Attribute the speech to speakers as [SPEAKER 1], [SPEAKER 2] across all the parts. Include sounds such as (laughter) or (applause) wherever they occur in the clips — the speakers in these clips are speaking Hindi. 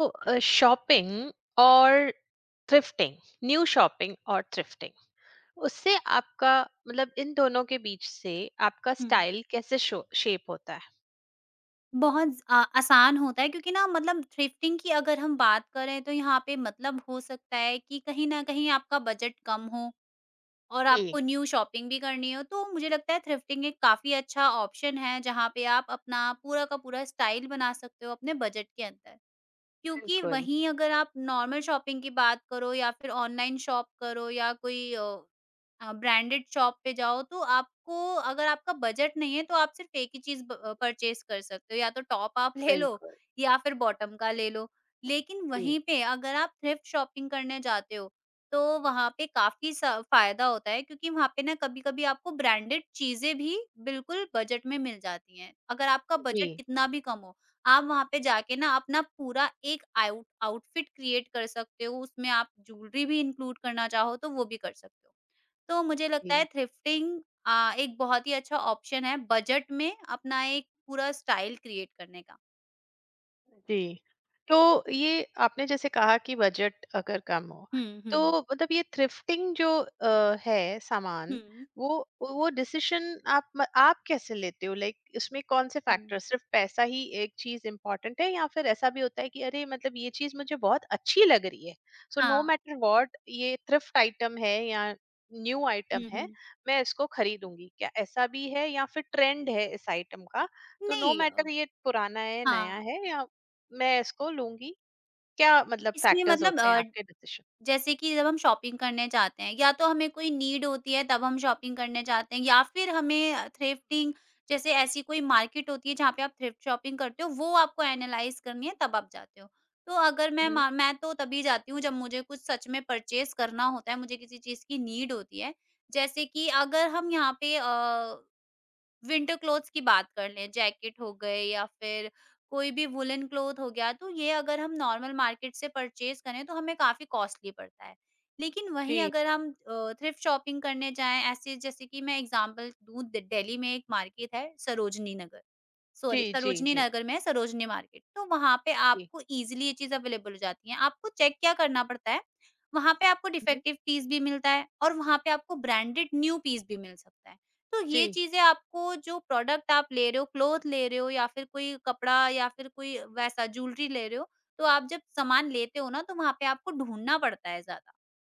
[SPEAKER 1] तो शॉपिंग और थ्रिफ्टिंग न्यू शॉपिंग और थ्रिफ्टिंग उससे आपका मतलब इन दोनों के बीच से आपका
[SPEAKER 2] हुँ।
[SPEAKER 1] स्टाइल कैसे शेप होता है।
[SPEAKER 2] बहुत आसान होता है, क्योंकि ना मतलब थ्रिफ्टिंग की अगर हम बात करें तो यहाँ पे मतलब हो सकता है कि कहीं न कहीं आपका बजट कम हो, और आपको
[SPEAKER 1] जी
[SPEAKER 2] न्यू शॉपिंग भी करनी हो, तो मुझे लगता है थ्रिफ्टिंग एक काफ़ी अच्छा ऑप्शन है, जहाँ पे आप अपना पूरा का पूरा स्टाइल बना सकते हो अपने बजट के अंदर। क्योंकि
[SPEAKER 1] बिल्कुल
[SPEAKER 2] वहीं अगर आप नॉर्मल शॉपिंग की बात करो, या फिर ऑनलाइन शॉप करो, या कोई ब्रांडेड शॉप पे जाओ, तो आपको अगर आपका बजट नहीं है तो आप सिर्फ एक ही चीज़ परचेज़ कर सकते हो, या तो टॉप आप ले लो,
[SPEAKER 1] बिल्कुल
[SPEAKER 2] या फिर बॉटम का ले लो। लेकिन
[SPEAKER 1] जी
[SPEAKER 2] वहीं पे अगर आप थ्रिफ्ट शॉपिंग करने जाते हो, तो वहाँ पे काफ़ी स फ़ायदा होता है, क्योंकि वहाँ पे ना कभी-कभी आपको ब्रांडेड चीज़ें भी बिल्कुल बजट में मिल जाती हैं, अगर आपका बजट
[SPEAKER 1] जी
[SPEAKER 2] कितना भी कम हो। आप वहाँ पे जाके ना अपना पूरा एक आउटफिट क्रिएट कर सकते हो, उसमें आप ज्वेलरी भी इंक्लूड करना चाहो तो वो भी कर सकते हो। तो मुझे लगता है
[SPEAKER 1] जी
[SPEAKER 2] थ्रिफ्टिंग एक बहुत ही अच्छा ऑप्शन है बजट में अपना एक पूरा स्टाइल क्रिएट करने का।
[SPEAKER 1] जी। तो ये आपने जैसे कहा कि बजट अगर कम हो,
[SPEAKER 2] हुँ, हुँ।
[SPEAKER 1] तो मतलब ये थ्रिफ्टिंग जो है सामान,
[SPEAKER 2] हुँ,
[SPEAKER 1] वो डिसीज़न आप कैसे लेते हो? लाइक इसमें कौन-से
[SPEAKER 2] हुँ।
[SPEAKER 1] फैक्टर सिर्फ़ पैसा ही एक चीज़ इम्पोर्टेंट है या फिर ऐसा भी होता है कि अरे! मतलब ये चीज़ मुझे बहुत अच्छी लग रही है, सो नो
[SPEAKER 2] हाँ।
[SPEAKER 1] मैटर व्हाट ये थ्रिफ्ट आइटम है या न्यू
[SPEAKER 2] हुँ,
[SPEAKER 1] आइटम है,
[SPEAKER 2] हुँ।
[SPEAKER 1] मैं इसको खरीदूँगी। क्या ऐसा भी है या फिर ट्रेंड है इस आइटम का, तो
[SPEAKER 2] नहीं,
[SPEAKER 1] नो मैटर ये पुराना है, नया
[SPEAKER 2] हाँ।
[SPEAKER 1] है या मैं इसको लूँगी, क्या मतलब
[SPEAKER 2] इसमें
[SPEAKER 1] फैक्टर्स
[SPEAKER 2] मतलब
[SPEAKER 1] होते हैं आपके डिसीज़न?
[SPEAKER 2] जैसे कि जब हम शॉपिंग करने जाते हैं, या तो हमें कोई नीड होती है तब हम शॉपिंग करने जाते हैं, या फिर हमें थ्रिफ्टिंग जैसे ऐसी कोई मार्केट होती है जहाँ पे आप थ्रिफ्ट शॉपिंग करते हो, वो आपको एनालाइज करनी है तब आप जाते हो। तो अगर
[SPEAKER 1] हुँ,
[SPEAKER 2] मैं तो तभी जाती हूँ जब मुझे कुछ सच में परचेज़ करना होता है, मुझे किसी चीज़ की नीड होती है। जैसे कि अगर हम यहाँ पे विंटर क्लोथ्स की बात कर लें, जैकेट हो गए, या फिर कोई भी वूलन क्लॉथ हो गया, तो ये अगर हम नॉर्मल मार्केट से परचेज़ करें, तो हमें काफ़ी कॉस्टली पड़ता है। लेकिन वहीं
[SPEAKER 1] जी,
[SPEAKER 2] अगर हम थ्रिफ्ट शॉपिंग करने जाएँ, ऐसे जैसे कि मैं एग्ज़ाम्पल दूँ, द दिल्ली में एक मार्केट है सरोजनी नगर, सॉरी
[SPEAKER 1] जी, जी,
[SPEAKER 2] सरोजनी
[SPEAKER 1] जी,
[SPEAKER 2] नगर में है सरोजनी मार्केट, तो वहाँ पे
[SPEAKER 1] जी।
[SPEAKER 2] आपको ईज़िली ये चीज़ अवेलेबल हो जाती हैं। आपको चेक क्या करना पड़ता है, वहाँ पे आपको
[SPEAKER 1] हुँ,
[SPEAKER 2] डिफेक्टिव पीस भी मिलता है, और वहाँ पे आपको ब्रांडेड न्यू पीस भी मिल सकता है। तो ये
[SPEAKER 1] जी,
[SPEAKER 2] चीज़ें आपको, जो प्रोडक्ट आप ले रहे हो, क्लॉथ ले रहे हो, या फिर कोई कपड़ा, या फिर कोई वैसा ज्वेलरी ले रहे हो, तो आप जब सामान लेते हो ना, तो वहाँ पे आपको ढूँढना पड़ता है ज़्यादा।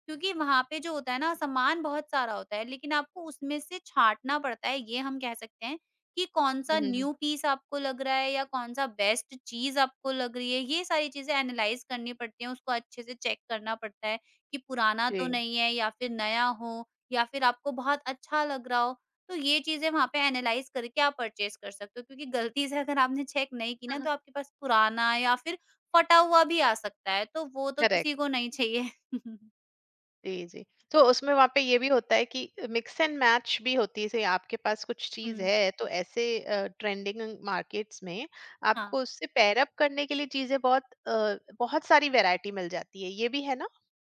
[SPEAKER 2] क्योंकि वहाँ पे जो होता है ना, सामान बहुत सारा होता है, लेकिन आपको उसमें से छाँटना पड़ता है, ये हम कह सकते हैं कि कौन-सा
[SPEAKER 1] हुँ, हुँ,
[SPEAKER 2] न्यू पीस आपको लग रहा है, या कौन-सा बेस्ट चीज़ आपको लग रही है, ये सारी चीज़ें एनालाइज़ करनी पड़ती हैं, उसको अच्छे से चेक करना पड़ता है कि पुराना तो
[SPEAKER 1] जी।
[SPEAKER 2] नहीं है, या फिर नया हो, या फिर आपको बहुत अच्छा लग रहा हो। तो ये चीज़ें वहाँ पे एनालाइज़ करके आप परचेज़ कर सकते हो, क्योंकि गलती से अगर आपने चेक नहीं की ना, तो
[SPEAKER 1] (laughs)
[SPEAKER 2] आपके पास पुराना, या फिर फटा हुआ भी आ सकता है, तो वो तो
[SPEAKER 1] करेक्ट,
[SPEAKER 2] किसी को नहीं चाहिए। (laughs)
[SPEAKER 1] जी, जी। तो उसमें वहाँ पे ये भी होता है कि मिक्स एंड मैच भी होती है, जैसे आपके पास कुछ चीज़
[SPEAKER 2] हुँ।
[SPEAKER 1] है, तो ऐसे ट्रेंडिंग मार्केट्स में
[SPEAKER 2] हाँ।
[SPEAKER 1] आपको उससे पेयर अप करने के लिए चीज़ें बहुत बहुत सारी वैरायटी मिल जाती है, ये भी है ना?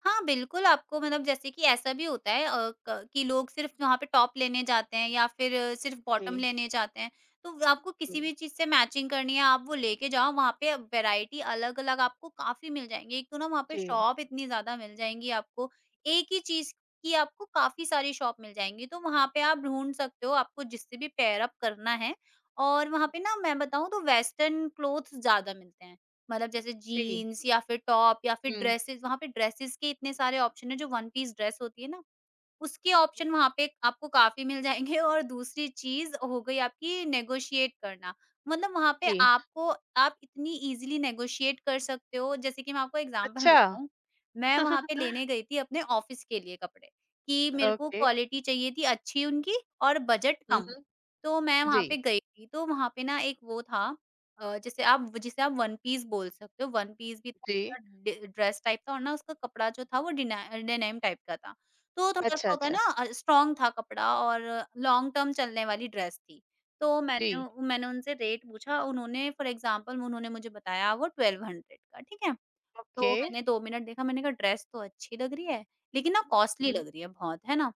[SPEAKER 2] हाँ, बिल्कुल, आपको मतलब जैसे कि ऐसा भी होता है अ, क कि लोग सिर्फ़ वहाँ पे टॉप लेने जाते हैं, या फिर सिर्फ़ बॉटम
[SPEAKER 1] जी,
[SPEAKER 2] लेने जाते हैं। तो आपको किसी
[SPEAKER 1] जी,
[SPEAKER 2] भी चीज़ से मैचिंग करनी है, आप वो लेके जाओ, वहाँ पे वैरायटी अलग-अलग आपको काफ़ी मिल जाएँगी। एक तो ना वहाँ पे
[SPEAKER 1] जी,
[SPEAKER 2] शॉप इतनी ज़्यादा मिल जाएँगी आपको, एक ही चीज़ की आपको काफ़ी सारी शॉप मिल जाएँगी। तो वहाँ पे आप ढूँढ सकते हो, आपको जिससे भी पेयर अप करना है, और वहाँ पे ना मैं बताऊँ तो वेस्टर्न क्लॉथ्स ज़्यादा मिलते हैं। मतलब जैसे
[SPEAKER 1] जी,
[SPEAKER 2] जीन्स, या फिर टॉप, या फिर
[SPEAKER 1] हुँ,
[SPEAKER 2] ड्रेसेस, वहाँ पे ड्रेसेस के इतने सारे ऑप्शन हैं, जो वन पीस ड्रेस होती है ना, उसके
[SPEAKER 1] हुँ,
[SPEAKER 2] ऑप्शन वहाँ पे आपको काफ़ी मिल जाएँगे। (laughs) और दूसरी चीज़ हो गई आपकी नेगोशिएट करना। मतलब वहाँ पे
[SPEAKER 1] जी,
[SPEAKER 2] आपको आप इतनी ईज़िली नेगोशिएट कर सकते हो, जैसे कि मैं आपको एग्ज़ाम्पल
[SPEAKER 1] अच्छा,
[SPEAKER 2] बताऊँ, मैं वहाँ पे
[SPEAKER 1] (laughs)
[SPEAKER 2] लेने गई थी अपने ऑफ़िस के लिए कपड़े, कि मेरे को
[SPEAKER 1] ओके,
[SPEAKER 2] क्वालिटी चाहिए थी अच्छी उनकी, और बजट
[SPEAKER 1] हुँ,
[SPEAKER 2] कम।
[SPEAKER 1] हुँ,
[SPEAKER 2] तो मैं वहाँ
[SPEAKER 1] जी।
[SPEAKER 2] पे गई थी, तो वहाँ पे ना एक वो था, अ, जैसे आप जिसे आप वन पीस बोल सकते हो, वन पीस भी
[SPEAKER 1] जी।
[SPEAKER 2] था, डि ड्रेस टाइप था, और ना उसका कपड़ा जो था वो डिना डेनिम टाइप का था। तो
[SPEAKER 1] अच्छा,
[SPEAKER 2] थोड़ा-सा होता है
[SPEAKER 1] अच्छा।
[SPEAKER 2] ना स्ट्रॉन्ग था कपड़ा, और लॉन्ग टर्म चलने वाली ड्रेस थी। तो
[SPEAKER 1] जी,
[SPEAKER 2] मैंने उनसे रेट पूछा, उन्होंने फॉर एग्ज़ाम्पल उन्होंने मुझे बताया वो 1200 का, ठीक है?
[SPEAKER 1] ओके।
[SPEAKER 2] तो मैंने 2 मिनट देखा, मैंने कहा ड्रेस तो अच्छी लग रही है, लेकिन ना कॉस्टली
[SPEAKER 1] हुँ,
[SPEAKER 2] लग रही है बहुत, है ना?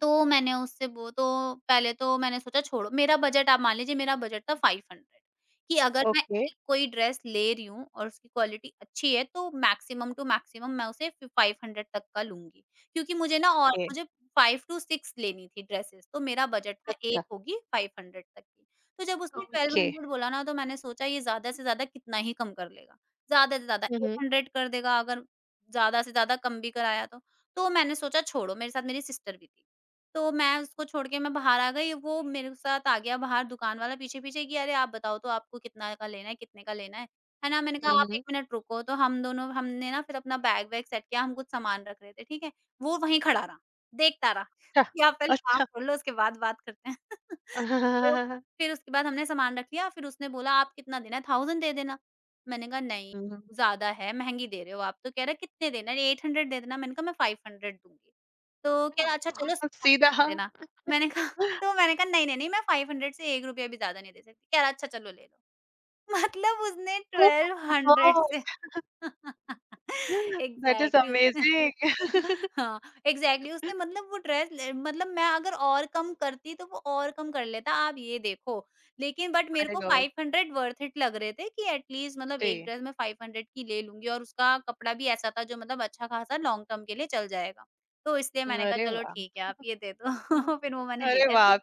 [SPEAKER 2] तो
[SPEAKER 1] हुँ।
[SPEAKER 2] मैंने उससे वो तो, पहले तो मैंने सोचा छोड़ो मेरा बजट, आप मान लीजिए मेरा बजट था 500, कि अगर मैं
[SPEAKER 1] ओके,
[SPEAKER 2] एक कोई ड्रेस ले रही हूँ, और उसकी क्वालिटी अच्छी है तो मैक्सिमम टू मैक्सिमम मैं उसे फि 500 तक का लूँगी। क्योंकि मुझे ना, और
[SPEAKER 1] ओके।
[SPEAKER 2] मुझे 5 टू 6 लेनी थी ड्रेसेस, तो मेरा बजट था
[SPEAKER 1] अच्छा,
[SPEAKER 2] एक होगी 500 तक की। तो जब उसने
[SPEAKER 1] ओके।
[SPEAKER 2] 1200 बोला ना, तो मैंने सोचा ये ज़्यादा से ज़्यादा कितना ही कम कर लेगा। ज़्यादा से ज़्यादा
[SPEAKER 1] हुँ, हुँ।
[SPEAKER 2] 800 कर देगा, अगर ज़्यादा से ज़्यादा कम भी कराया तो। तो मैंने सोचा छोड़ो, मेरे साथ मेरी सिस्टर भी थी। तो मैं उसको छोड़ के मैं बाहर आ गई, वो मेरे साथ आ गया बाहर, दुकान वाला पीछे-पीछे, कि अरे आप बताओ तो आपको कितना का लेना है, कितने का लेना है? है ना? मैंने कहा
[SPEAKER 1] हुँ,
[SPEAKER 2] आप
[SPEAKER 1] हुँ।
[SPEAKER 2] 1 मिनट रुको, तो हम दोनों हमने ना फिर अपना बैग वैग सेट किया, हम कुछ सामान रख रहे थे, ठीक है? वो वहीं खड़ा रहा, देखता रहा
[SPEAKER 1] अच्छा,
[SPEAKER 2] कि आप पहले काम
[SPEAKER 1] अच्छा।
[SPEAKER 2] कर लो उसके बाद बात करते हैं। (laughs) तो
[SPEAKER 1] (laughs)
[SPEAKER 2] फिर उसके बाद हमने सामान रख लिया, फिर उसने बोला आप कितना देना है? 1000 दे देना। मैंने कहा नहीं,
[SPEAKER 1] हुँ, हुँ।
[SPEAKER 2] ज़्यादा है, महँगी दे रहे हो आप। तो कह रहा है कितने देना है? 800 दे देना। मैंने कहा मैं 500 दूँगी। तो कह रहा अच्छा चलो
[SPEAKER 1] सीधा ओह
[SPEAKER 2] देना। मैंने कहा मैंने कहा नहीं, नहीं, नहीं मैं 500 से ₹1 भी ज़्यादा नहीं दे सकती। कह रहा अच्छा चलो ले लो। (laughs) मतलब उसने
[SPEAKER 1] माय
[SPEAKER 2] 1200 से,
[SPEAKER 1] गॉड!
[SPEAKER 2] (laughs)
[SPEAKER 1] दैट इज़
[SPEAKER 2] एग्ज़ैक्टली उसने,
[SPEAKER 1] अमेज़िंग!
[SPEAKER 2] हाँ, एग्ज़ैक्टली उसने मतलब वो ड्रेस ले, मतलब मैं अगर और कम करती तो वो और कम कर लेता, आप ये देखो। लेकिन बट मेरे
[SPEAKER 1] माय
[SPEAKER 2] को
[SPEAKER 1] गॉड!
[SPEAKER 2] 500 वर्थ इट लग रहे थे, कि एट लीस्ट मतलब एक
[SPEAKER 1] जी।
[SPEAKER 2] ड्रेस मैं 500 की ले लूँगी, और उसका कपड़ा भी ऐसा था जो मतलब अच्छा-खासा लॉन्ग टर्म के लिए चल जाएगा। तो इसलिए मैंने कहा
[SPEAKER 1] अरे
[SPEAKER 2] चलो
[SPEAKER 1] वाह!
[SPEAKER 2] ठीक है, आप ये दे
[SPEAKER 1] हुँ, हुँ।
[SPEAKER 2] दो। (laughs) फिर वो मैंने ले
[SPEAKER 1] अरे
[SPEAKER 2] लिया
[SPEAKER 1] वाह!
[SPEAKER 2] तो।
[SPEAKER 1] आप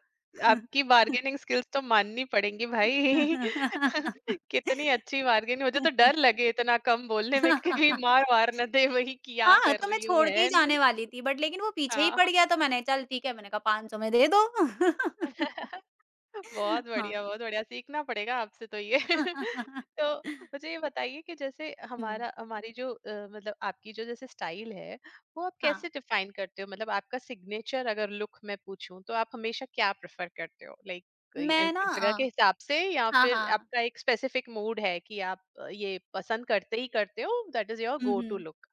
[SPEAKER 1] आपकी बार्गेनिंग स्किल्स तो माननी पड़ेंगी भाई। (laughs) कितनी अच्छी बार्गेनिंग मुझे तो डर लगे इतना कम बोलने में कि
[SPEAKER 2] (laughs)
[SPEAKER 1] कहीं
[SPEAKER 2] हाँ,
[SPEAKER 1] मार-वार ना दे वही क्या
[SPEAKER 2] हाँ,
[SPEAKER 1] कर
[SPEAKER 2] तो मैं
[SPEAKER 1] रही हो
[SPEAKER 2] छोड़ के ही
[SPEAKER 1] बहन।
[SPEAKER 2] जाने वाली थी, बट लेकिन वो पीछे ही
[SPEAKER 1] हाँ।
[SPEAKER 2] पड़ गया, तो मैंने चल ठीक है, मैंने कहा 500 में दे दो। (laughs)
[SPEAKER 1] (laughs)
[SPEAKER 2] हाँ।
[SPEAKER 1] बहुत बढ़िया, सीखना पड़ेगा आपसे तो ये। (laughs)
[SPEAKER 2] (laughs)
[SPEAKER 1] तो मुझे ये बताइए कि जैसे
[SPEAKER 2] हुँ,
[SPEAKER 1] हमारा हमारी जो मतलब आपकी जो जैसे स्टाइल है, वो आप
[SPEAKER 2] हाँ।
[SPEAKER 1] कैसे डिफाइन करते हो? मतलब आपका सिग्नेचर अगर लुक मैं पूछूँ, तो आप हमेशा क्या प्रेफ़र करते हो? लाइक कोई
[SPEAKER 2] मैं ना,
[SPEAKER 1] जगह के हिसाब से या
[SPEAKER 2] हाँ,
[SPEAKER 1] फिर
[SPEAKER 2] हाँ।
[SPEAKER 1] आपका एक स्पेसिफिक मूड है कि आप ये पसंद करते हो, दैट इज़ योर
[SPEAKER 2] हुँ,
[SPEAKER 1] गो टू
[SPEAKER 2] हुँ।
[SPEAKER 1] लुक?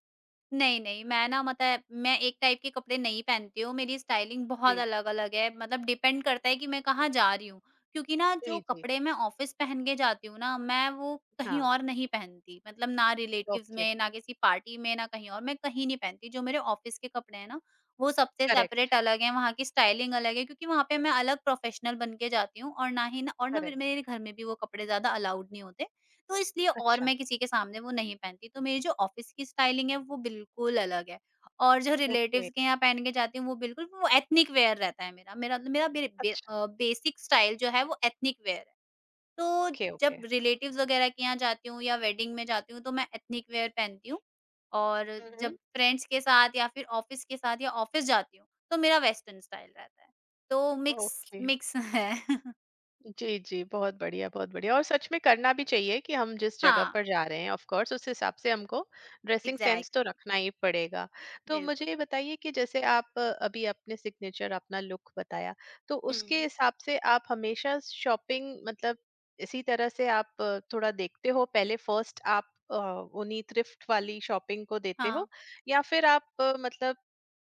[SPEAKER 2] नहीं, नहीं, मैं ना मतलब मैं एक टाइप के कपड़े नहीं पहनती हूँ, मेरी स्टाइलिंग बहुत
[SPEAKER 1] जी।
[SPEAKER 2] अलग-अलग है, मतलब डिपेंड करता है कि मैं कहाँ जा रही हूँ। क्योंकि ना जो
[SPEAKER 1] जी, जी।
[SPEAKER 2] कपड़े मैं ऑफ़िस पहन के जाती हूँ ना, मैं वो कहीं
[SPEAKER 1] हाँ,
[SPEAKER 2] और नहीं पहनती, मतलब ना रिलेटिव्स
[SPEAKER 1] ओके,
[SPEAKER 2] में, ना किसी पार्टी में, ना कहीं और, मैं कहीं नहीं पहनती। जो मेरे ऑफ़िस के कपड़े हैं ना, वो सबसे
[SPEAKER 1] करेक्ट,
[SPEAKER 2] सेपरेट अलग हैं, वहाँ की स्टाइलिंग अलग है, क्योंकि वहाँ पे मैं अलग प्रोफ़ेशनल बन के जाती हूँ, और ना ही ना और ना फिर
[SPEAKER 1] करेक्ट।
[SPEAKER 2] मेरे घर में भी वो कपड़े ज़्यादा अलाउड नहीं होते। तो इसलिए और
[SPEAKER 1] अच्छा,
[SPEAKER 2] मैं किसी के सामने वो नहीं पहनती, तो मेरी जो ऑफ़िस की स्टाइलिंग है वो बिल्कुल अलग है, और जो
[SPEAKER 1] ओके,
[SPEAKER 2] रिलेटिव्स के यहाँ पहन के जाती हूँ वो बिल्कुल वो एथनिक वेयर रहता है मेरा। मेरा बे बे
[SPEAKER 1] अच्छा,
[SPEAKER 2] अ, बेसिक स्टाइल जो है वो एथनिक वेयर है। तो
[SPEAKER 1] ओके, ओके।
[SPEAKER 2] जब रिलेटिव्स वगैरह के यहाँ जाती हूँ, या वेडिंग में जाती हूँ, तो मैं एथनिक वेयर पहनती हूँ, और जब
[SPEAKER 1] हुँ,
[SPEAKER 2] फ्रेंड्स के साथ, या फिर ऑफ़िस के साथ, या ऑफ़िस जाती हूँ, तो मेरा वेस्टर्न स्टाइल रहता है। तो मिक्स,
[SPEAKER 1] ओके।
[SPEAKER 2] मिक्स है। (laughs)
[SPEAKER 1] जी, जी, बहुत बढ़िया और सच में करना भी चाहिए कि हम जिस जगह
[SPEAKER 2] हाँ,
[SPEAKER 1] पर जा रहे हैं ऑफ़ कोर्स उस हिसाब से हमको ड्रेसिंग सेंस तो
[SPEAKER 2] एग्ज़ैक्टली,
[SPEAKER 1] रखना ही पड़ेगा। तो मुझे
[SPEAKER 2] बिल्कुल।
[SPEAKER 1] ये बताइए कि जैसे आप अभी अपने सिग्नेचर अपना लुक बताया, तो
[SPEAKER 2] हुँ।
[SPEAKER 1] उसके हिसाब से आप हमेशा शॉपिंग मतलब इसी तरह से आप थोड़ा देखते हो पहले फर्स्ट आप उन्हीं थ्रिफ्ट वाली शॉपिंग को देते हो
[SPEAKER 2] हाँ।
[SPEAKER 1] या फिर आप मतलब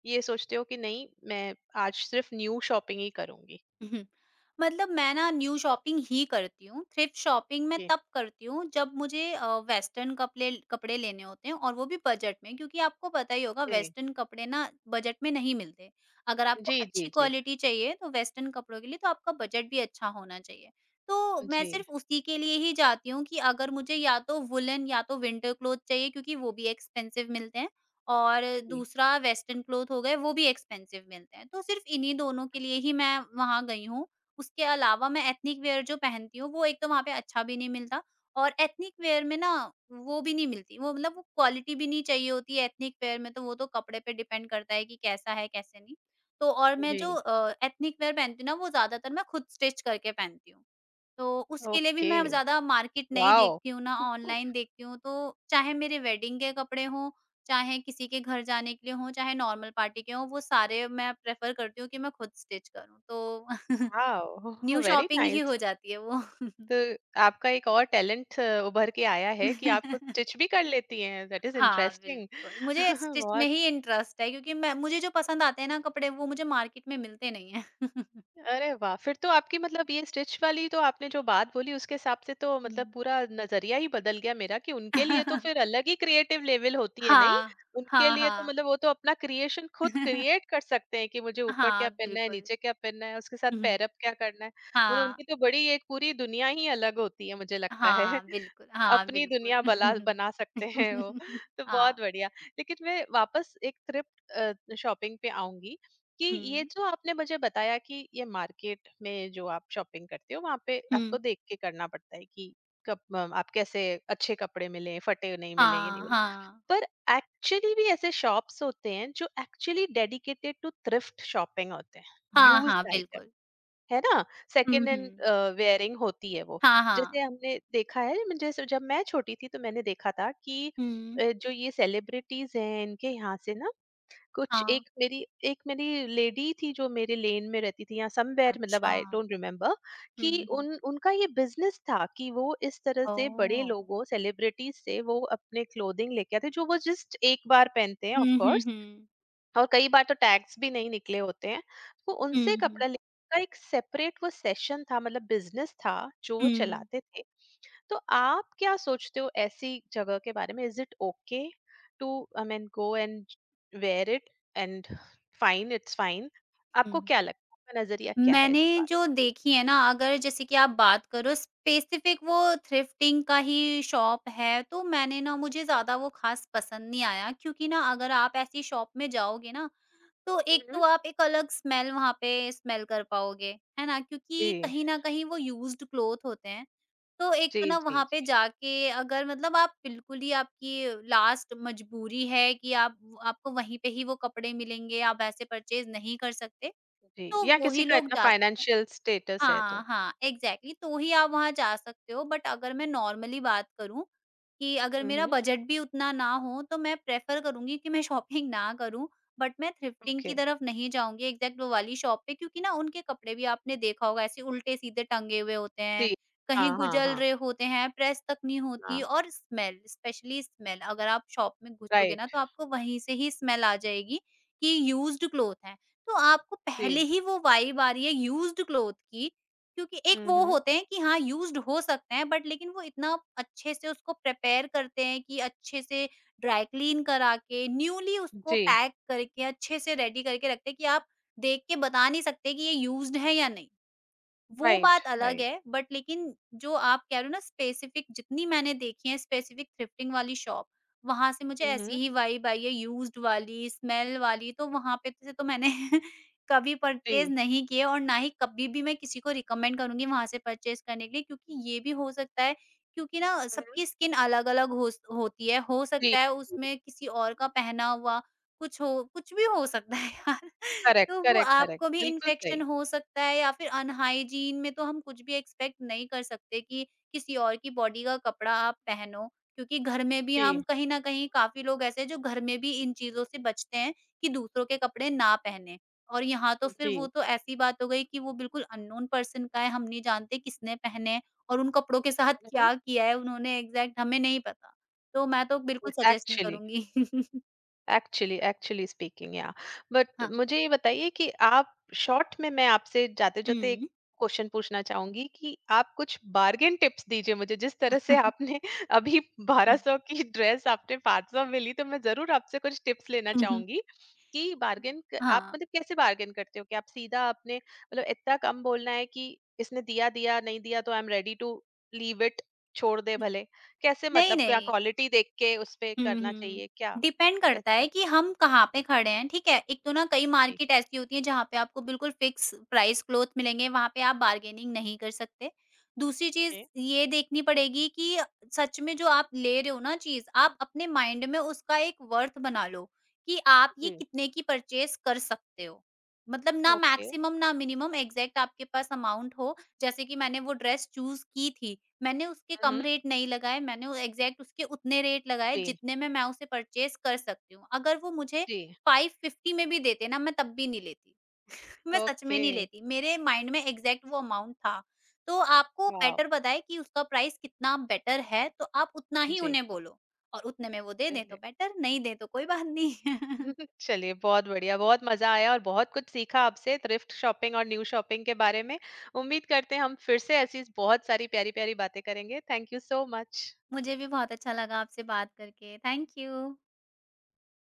[SPEAKER 1] ये सोचते हो कि नहीं मैं आज सिर्फ़ न्यू शॉपिंग ही करूँगी?
[SPEAKER 2] उहुँ। मतलब मैं ना न्यू शॉपिंग ही करती हूँ। थ्रिफ्ट शॉपिंग मैं
[SPEAKER 1] जी,
[SPEAKER 2] तब करती हूँ जब मुझे वेस्टर्न कपड़े कपड़े लेने होते हैं, और वो भी बजट में, क्योंकि आपको पता ही होगा
[SPEAKER 1] जी।
[SPEAKER 2] वेस्टर्न कपड़े ना बजट में नहीं मिलते। अगर आपको
[SPEAKER 1] जी, जी,
[SPEAKER 2] अच्छी
[SPEAKER 1] जी।
[SPEAKER 2] क्वालिटी चाहिए, तो वेस्टर्न कपड़ों के लिए तो आपका बजट भी अच्छा होना चाहिए। तो मैं
[SPEAKER 1] जी,
[SPEAKER 2] सिर्फ़ उसी के लिए ही जाती हूँ, कि अगर मुझे या तो वूलन, या तो विंटर क्लॉथ चाहिए, क्योंकि वो भी एक्सपेंसिव मिलते हैं। और
[SPEAKER 1] जी,
[SPEAKER 2] दूसरा वेस्टर्न क्लॉथ हो गए, वो भी एक्सपेंसिव मिलते हैं। तो सिर्फ़ इन्हीं दोनों के लिए ही मैं वहाँ गई हूँ। उसके अलावा मैं एथनिक वियर जो पहनती हूँ, वो एक तो वहाँ पे अच्छा भी नहीं मिलता। और एथनिक वियर में ना वो भी नहीं मिलती, वो मतलब वो क्वालिटी भी नहीं चाहिए होती है एथनिक वियर में। तो वो तो कपड़े पे डिपेंड करता है कि कैसा है, कैसे नहीं। तो और मैं
[SPEAKER 1] जी।
[SPEAKER 2] जो एथनिक वियर पहनती हूँ ना, वो ज़्यादातर मैं खुद स्टिच करके पहनती हूँ। तो उसके लिए भी
[SPEAKER 1] ओके,
[SPEAKER 2] मैं ज़्यादा मार्केट नहीं
[SPEAKER 1] वाओ!
[SPEAKER 2] देखती हूँ ना ऑनलाइन देखती हूँ। तो चाहे मेरे वेडिंग के कपड़े हों, चाहे किसी के घर जाने के लिए हों, चाहे नॉर्मल पार्टी के हों, वो सारे मैं प्रेफ़र करती हूँ कि मैं खुद स्टिच करूँ। तो (laughs)
[SPEAKER 1] वाओ!
[SPEAKER 2] न्यू
[SPEAKER 1] वेरी
[SPEAKER 2] शॉपिंग ही
[SPEAKER 1] नाइस।
[SPEAKER 2] हो जाती है वो।
[SPEAKER 1] तो आपका एक और टैलेंट उभर के आया है कि आप खुद
[SPEAKER 2] (laughs)
[SPEAKER 1] स्टिच भी कर लेती हैं। दैट इज़
[SPEAKER 2] हाँ,
[SPEAKER 1] इंटरेस्टिंग।
[SPEAKER 2] बिल्कुल। मुझे
[SPEAKER 1] (laughs)
[SPEAKER 2] स्टिच में
[SPEAKER 1] बहुत
[SPEAKER 2] ही इंटरेस्ट है क्योंकि मैं मुझे जो पसंद आते हैं ना कपड़े वो मुझे मार्केट में मिलते नहीं हैं।
[SPEAKER 1] अरे वाह! फिर तो आपकी मतलब ये स्टिच वाली तो आपने जो बात बोली उसके हिसाब से तो मतलब
[SPEAKER 2] हुँ।
[SPEAKER 1] पूरा नज़रिया ही बदल गया मेरा कि उनके लिए तो
[SPEAKER 2] (laughs)
[SPEAKER 1] फिर
[SPEAKER 2] (laughs)
[SPEAKER 1] अलग ही क्रिएटिव लेवल होती है, नहीं?
[SPEAKER 2] हाँ,
[SPEAKER 1] उनके
[SPEAKER 2] हाँ,
[SPEAKER 1] लिए तो
[SPEAKER 2] हाँ।
[SPEAKER 1] मतलब वो तो अपना क्रिएशन खुद क्रिएट
[SPEAKER 2] (laughs)
[SPEAKER 1] कर सकते हैं कि मुझे ऊपर क्या
[SPEAKER 2] हाँ,
[SPEAKER 1] पहनना है,
[SPEAKER 2] बिल्कुल।
[SPEAKER 1] नीचे क्या पहनना है, उसके साथ
[SPEAKER 2] हुँ,
[SPEAKER 1] पैरअप क्या करना है। मतलब
[SPEAKER 2] हाँ।
[SPEAKER 1] उनकी तो बड़ी एक पूरी दुनिया ही अलग होती है मुझे लगता है।
[SPEAKER 2] हाँ,
[SPEAKER 1] (laughs)
[SPEAKER 2] बिल्कुल। हाँ,
[SPEAKER 1] अपनी
[SPEAKER 2] बिल्कुल।
[SPEAKER 1] दुनिया बला बना सकते हैं वो।
[SPEAKER 2] (laughs)
[SPEAKER 1] (laughs) तो
[SPEAKER 2] हाँ।
[SPEAKER 1] बहुत बढ़िया। लेकिन मैं वापस एक थ्रिफ्ट शॉपिंग पे आऊँगी। कि ये
[SPEAKER 2] हुँ,
[SPEAKER 1] जो आपने मुझे बताया कि ये मार्केट में जो आप शॉपिंग करते हो वहां पे
[SPEAKER 2] हुँ।
[SPEAKER 1] आपको देख के करना पड़ता है कि कब आप कैसे अच्छे कपड़े मिले फटे नहीं मिले ये नहीं
[SPEAKER 2] हाँ,
[SPEAKER 1] मिले
[SPEAKER 2] हाँ।
[SPEAKER 1] पर एक्चुअली भी ऐसे शॉप्स होते हैं जो actually dedicated to thrift shopping होते हैं
[SPEAKER 2] हाँ, हाँ,
[SPEAKER 1] यूज्ड आइटम
[SPEAKER 2] बिल्कुल।
[SPEAKER 1] है ना
[SPEAKER 2] हुँ,
[SPEAKER 1] सेकेंड हैंड
[SPEAKER 2] हुँ।
[SPEAKER 1] वेयरिंग होती है वो।
[SPEAKER 2] हाँ, हाँ।
[SPEAKER 1] जैसे हमने देखा है मुझे जब मैं छोटी थी तो मैंने देखा था कि
[SPEAKER 2] हुँ।
[SPEAKER 1] जो ये सेलिब्रिटीज हैं इनके यहाँ से ना कुछ
[SPEAKER 2] हाँ,
[SPEAKER 1] एक मेरी लेडी थी जो मेरे लेन में रहती थी या समवेयर मतलब
[SPEAKER 2] अच्छा।
[SPEAKER 1] आई डोंट रिमेम्बर
[SPEAKER 2] हुँ,
[SPEAKER 1] कि
[SPEAKER 2] हुँ।
[SPEAKER 1] उन उनका ये बिजनेस था कि वो इस तरह से बड़े
[SPEAKER 2] ओह!
[SPEAKER 1] लोगों सेलिब्रिटीज से वो अपने क्लोथिंग लेके आते जो वो जस्ट एक बार पहनते हैं ऑफ
[SPEAKER 2] हुँ, हुँ,
[SPEAKER 1] कोर्स
[SPEAKER 2] हुँ।
[SPEAKER 1] और कई बार तो टैग्स भी नहीं निकले होते हैं तो
[SPEAKER 2] हुँ,
[SPEAKER 1] उनसे
[SPEAKER 2] हुँ।
[SPEAKER 1] कपड़ा लेने का एक सेपरेट वो सेशन था मतलब बिजनेस था जो वो
[SPEAKER 2] हुँ।
[SPEAKER 1] चलाते थे। तो आप क्या सोचते हो ऐसी जगह के बारे में, is it okay to I mean go and wear it and fine it's fine? आपको
[SPEAKER 2] हुँ।
[SPEAKER 1] क्या लगता है आपका नजरिया क्या है
[SPEAKER 2] मैंने
[SPEAKER 1] इस बात?
[SPEAKER 2] जो देखी है ना, अगर जैसे कि आप बात करो स्पेसिफिक वो थ्रिफ्टिंग का ही शॉप है, तो मैंने ना मुझे ज़्यादा वो ख़ास पसंद नहीं आया, क्योंकि ना अगर आप ऐसी शॉप में जाओगे ना, तो एक
[SPEAKER 1] हम्म,
[SPEAKER 2] तो आप एक अलग स्मेल वहाँ पे स्मेल कर पाओगे, है ना? क्योंकि
[SPEAKER 1] जी
[SPEAKER 2] कहीं न कहीं वो यूज़्ड क्लॉथ होते हैं। तो एक
[SPEAKER 1] जी
[SPEAKER 2] तो ना
[SPEAKER 1] जी
[SPEAKER 2] वहाँ पे
[SPEAKER 1] जी
[SPEAKER 2] जाके, अगर मतलब आप बिल्कुल ही आपकी लास्ट मजबूरी है कि आप आपको वहीं पे ही वो कपड़े मिलेंगे, आप ऐसे परचेज़ नहीं कर सकते,
[SPEAKER 1] जी,
[SPEAKER 2] तो
[SPEAKER 1] या
[SPEAKER 2] वो
[SPEAKER 1] किसी
[SPEAKER 2] ही
[SPEAKER 1] का
[SPEAKER 2] लोग
[SPEAKER 1] इतना
[SPEAKER 2] जा सकते हैं।
[SPEAKER 1] फाइनेंशियल स्टेटस है
[SPEAKER 2] हाँ,
[SPEAKER 1] तो,
[SPEAKER 2] हाँ, एग्ज़ैक्टली, तो ही आप वहाँ जा सकते हो। बट अगर मैं नॉर्मली बात करूँ, कि अगर मेरा
[SPEAKER 1] हम्म,
[SPEAKER 2] बजट भी उतना ना हो, तो मैं प्रेफ़र करूँगी कि मैं शॉपिंग ना करूँ, बट मैं थ्रिफ्टिंग की
[SPEAKER 1] ओके,
[SPEAKER 2] तरफ नहीं जाऊँगी एग्ज़ैक्ट वो वाली शॉप पे, क्योंकि ना उनके कपड़े भी आपने देखा होगा, ऐसे उल्टे-सीधे टंगे हुए होते हैं,
[SPEAKER 1] जी, हाँ
[SPEAKER 2] कहीं
[SPEAKER 1] हाँ
[SPEAKER 2] गुजल
[SPEAKER 1] हाँ,
[SPEAKER 2] रहे होते हैं, प्रेस तक नहीं होती,
[SPEAKER 1] हाँ,
[SPEAKER 2] और स्मेल, स्पेशली स्मेल, अगर आप शॉप में घुसोगे ना,
[SPEAKER 1] राइट,
[SPEAKER 2] तो आपको वहीं से ही स्मेल आ जाएगी कि यूज़्ड क्लॉथ है। तो आपको पहले
[SPEAKER 1] जी,
[SPEAKER 2] ही वो वाइब आ रही है यूज्ड क्लॉथ की। क्योंकि एक वो
[SPEAKER 1] हम्म,
[SPEAKER 2] होते हैं कि हाँ, यूज्ड हो सकते हैं, बट लेकिन वो इतना अच्छे से उसको प्रिपेयर करते हैं कि अच्छे से ड्राई क्लीन करा के न्यूली उसको
[SPEAKER 1] जी,
[SPEAKER 2] पैक करके अच्छे से रेडी करके रखते हैं कि आप देख के बता नहीं सकते कि ये यूज्ड है या नहीं। वो
[SPEAKER 1] राइट
[SPEAKER 2] बात अलग
[SPEAKER 1] राइट,
[SPEAKER 2] है। बट लेकिन जो आप कह रहे हो ना, स्पेसिफिक जितनी मैंने देखी है स्पेसिफिक थ्रिफ्टिंग वाली शॉप, वहाँ से मुझे ऐसी
[SPEAKER 1] हम्म,
[SPEAKER 2] ही वाइब आई है, यूज्ड वाली, स्मेल वाली। तो वहाँ पे से तो मैंने (laughs) कभी परचेज़
[SPEAKER 1] जी,
[SPEAKER 2] नहीं किए, और ना ही कभी भी मैं किसी को रिकमेंड करूँगी वहाँ से परचेज़ करने के लिए। क्योंकि ये भी हो सकता है, क्योंकि ना
[SPEAKER 1] हम्म,
[SPEAKER 2] सबकी स्किन अलग-अलग हो स होती है, हो
[SPEAKER 1] जी,
[SPEAKER 2] सकता है उसमें किसी और का पहना हुआ कुछ हो, कुछ भी हो सकता है यार। (laughs)
[SPEAKER 1] करेक्ट
[SPEAKER 2] तो वो
[SPEAKER 1] करेक्ट करेक्ट
[SPEAKER 2] आपको भी
[SPEAKER 1] बिल्कुल
[SPEAKER 2] इन्फेक्शन
[SPEAKER 1] सही,
[SPEAKER 2] हो सकता है, या फिर अनहाइजीन में तो हम कुछ भी एक्सपेक्ट नहीं कर सकते कि किसी और की बॉडी का कपड़ा आप पहनो। क्योंकि घर में भी हम
[SPEAKER 1] जी,
[SPEAKER 2] कहीं ना कहीं काफी लोग ऐसे हैं जो घर में भी इन चीजों से बचते हैं कि दूसरों के कपड़े ना पहने। और यहाँ तो फिर
[SPEAKER 1] जी।
[SPEAKER 2] वो तो ऐसी बात हो गई कि वो बिल्कुल अननोन पर्सन का है, हम नहीं जानते किसने पहने हैं, और उन कपड़ों के साथ क्या किया है उन्होंने, एग्जैक्ट हमें नहीं पता। तो मैं तो बिल्कुल सजेस्ट नहीं
[SPEAKER 1] Actually,
[SPEAKER 2] करूंगी। (laughs)
[SPEAKER 1] एक्चुअली एक्चुअली स्पीकिंग या बट
[SPEAKER 2] हाँ।
[SPEAKER 1] मुझे ये बताइए कि आप शॉर्ट में मैं आपसे जाते जाते एक
[SPEAKER 2] हम्म।
[SPEAKER 1] क्वेश्चन पूछना चाहूंगी कि आप कुछ बार्गेन टिप्स दीजिए मुझे जिस तरह से आपने (laughs) अभी 1200 की ड्रेस आपने 500 में ली तो मैं जरूर आपसे कुछ टिप्स लेना
[SPEAKER 2] हुँ, हुँ।
[SPEAKER 1] चाहूंगी कि बार्गेन आप
[SPEAKER 2] हाँ।
[SPEAKER 1] मतलब कैसे बार्गेन करते हो कि आप सीधा अपने मतलब इतना कम बोलना है कि इसने दिया दिया नहीं दिया तो I am ready to leave it, छोड़ दे भले, कैसे
[SPEAKER 2] नहीं,
[SPEAKER 1] मतलब क्या
[SPEAKER 2] नहीं।
[SPEAKER 1] क्वालिटी देख के उस पे
[SPEAKER 2] हुँ,
[SPEAKER 1] करना
[SPEAKER 2] हुँ।
[SPEAKER 1] चाहिए क्या,
[SPEAKER 2] डिपेंड करता
[SPEAKER 1] कैसे?
[SPEAKER 2] है कि हम कहाँ पे खड़े हैं, ठीक है? एक तो ना कई
[SPEAKER 1] जी,
[SPEAKER 2] मार्केट ऐसी होती है जहाँ पे आपको बिल्कुल फिक्स प्राइस क्लॉथ मिलेंगे, वहाँ पे आप बार्गेनिंग नहीं कर सकते। दूसरी चीज़
[SPEAKER 1] जी,
[SPEAKER 2] ये देखनी पड़ेगी कि सच में जो आप ले रहे हो ना चीज़, आप अपने माइंड में उसका एक वर्थ बना लो, कि आप ये
[SPEAKER 1] जी,
[SPEAKER 2] कितने की परचेज़ कर सकते हो। मतलब ना
[SPEAKER 1] ओके।
[SPEAKER 2] मैक्सिमम, ना मिनिमम, एग्ज़ैक्ट आपके पास अमाउंट हो। जैसे कि मैंने वो ड्रेस चूज़ की थी, मैंने उसके
[SPEAKER 1] हुँ,
[SPEAKER 2] कम
[SPEAKER 1] हुँ।
[SPEAKER 2] रेट नहीं लगाए, मैंने वो एग्ज़ैक्ट उसके उतने रेट लगाए
[SPEAKER 1] जी,
[SPEAKER 2] जितने में मैं उसे परचेज़ कर सकती हूँ। अगर वो मुझे
[SPEAKER 1] जी,
[SPEAKER 2] 550 में भी देते ना, मैं तब भी नहीं लेती। (laughs) मैं सच में
[SPEAKER 1] ओके,
[SPEAKER 2] नहीं लेती। मेरे माइंड में एग्ज़ैक्ट वो अमाउंट था। तो आपको
[SPEAKER 1] वाव!
[SPEAKER 2] बेटर बताए कि उसका प्राइस कितना बेटर है, तो आप उतना ही
[SPEAKER 1] जी,
[SPEAKER 2] उन्हें बोलो, और उतने में वो दे दें तो
[SPEAKER 1] चलिए।
[SPEAKER 2] बेटर, नहीं दें तो कोई बात नहीं। (laughs)
[SPEAKER 1] (laughs) चलिए, बहुत बढ़िया, बहुत मज़ा आया और बहुत कुछ सीखा आपसे थ्रिफ्ट शॉपिंग और न्यू शॉपिंग के बारे में। उम्मीद करते हैं हम फिर से ऐसी बहुत सारी प्यारी-प्यारी बातें करेंगे। Thank you so much.
[SPEAKER 2] मुझे भी बहुत अच्छा लगा आपसे बात करके। Thank you.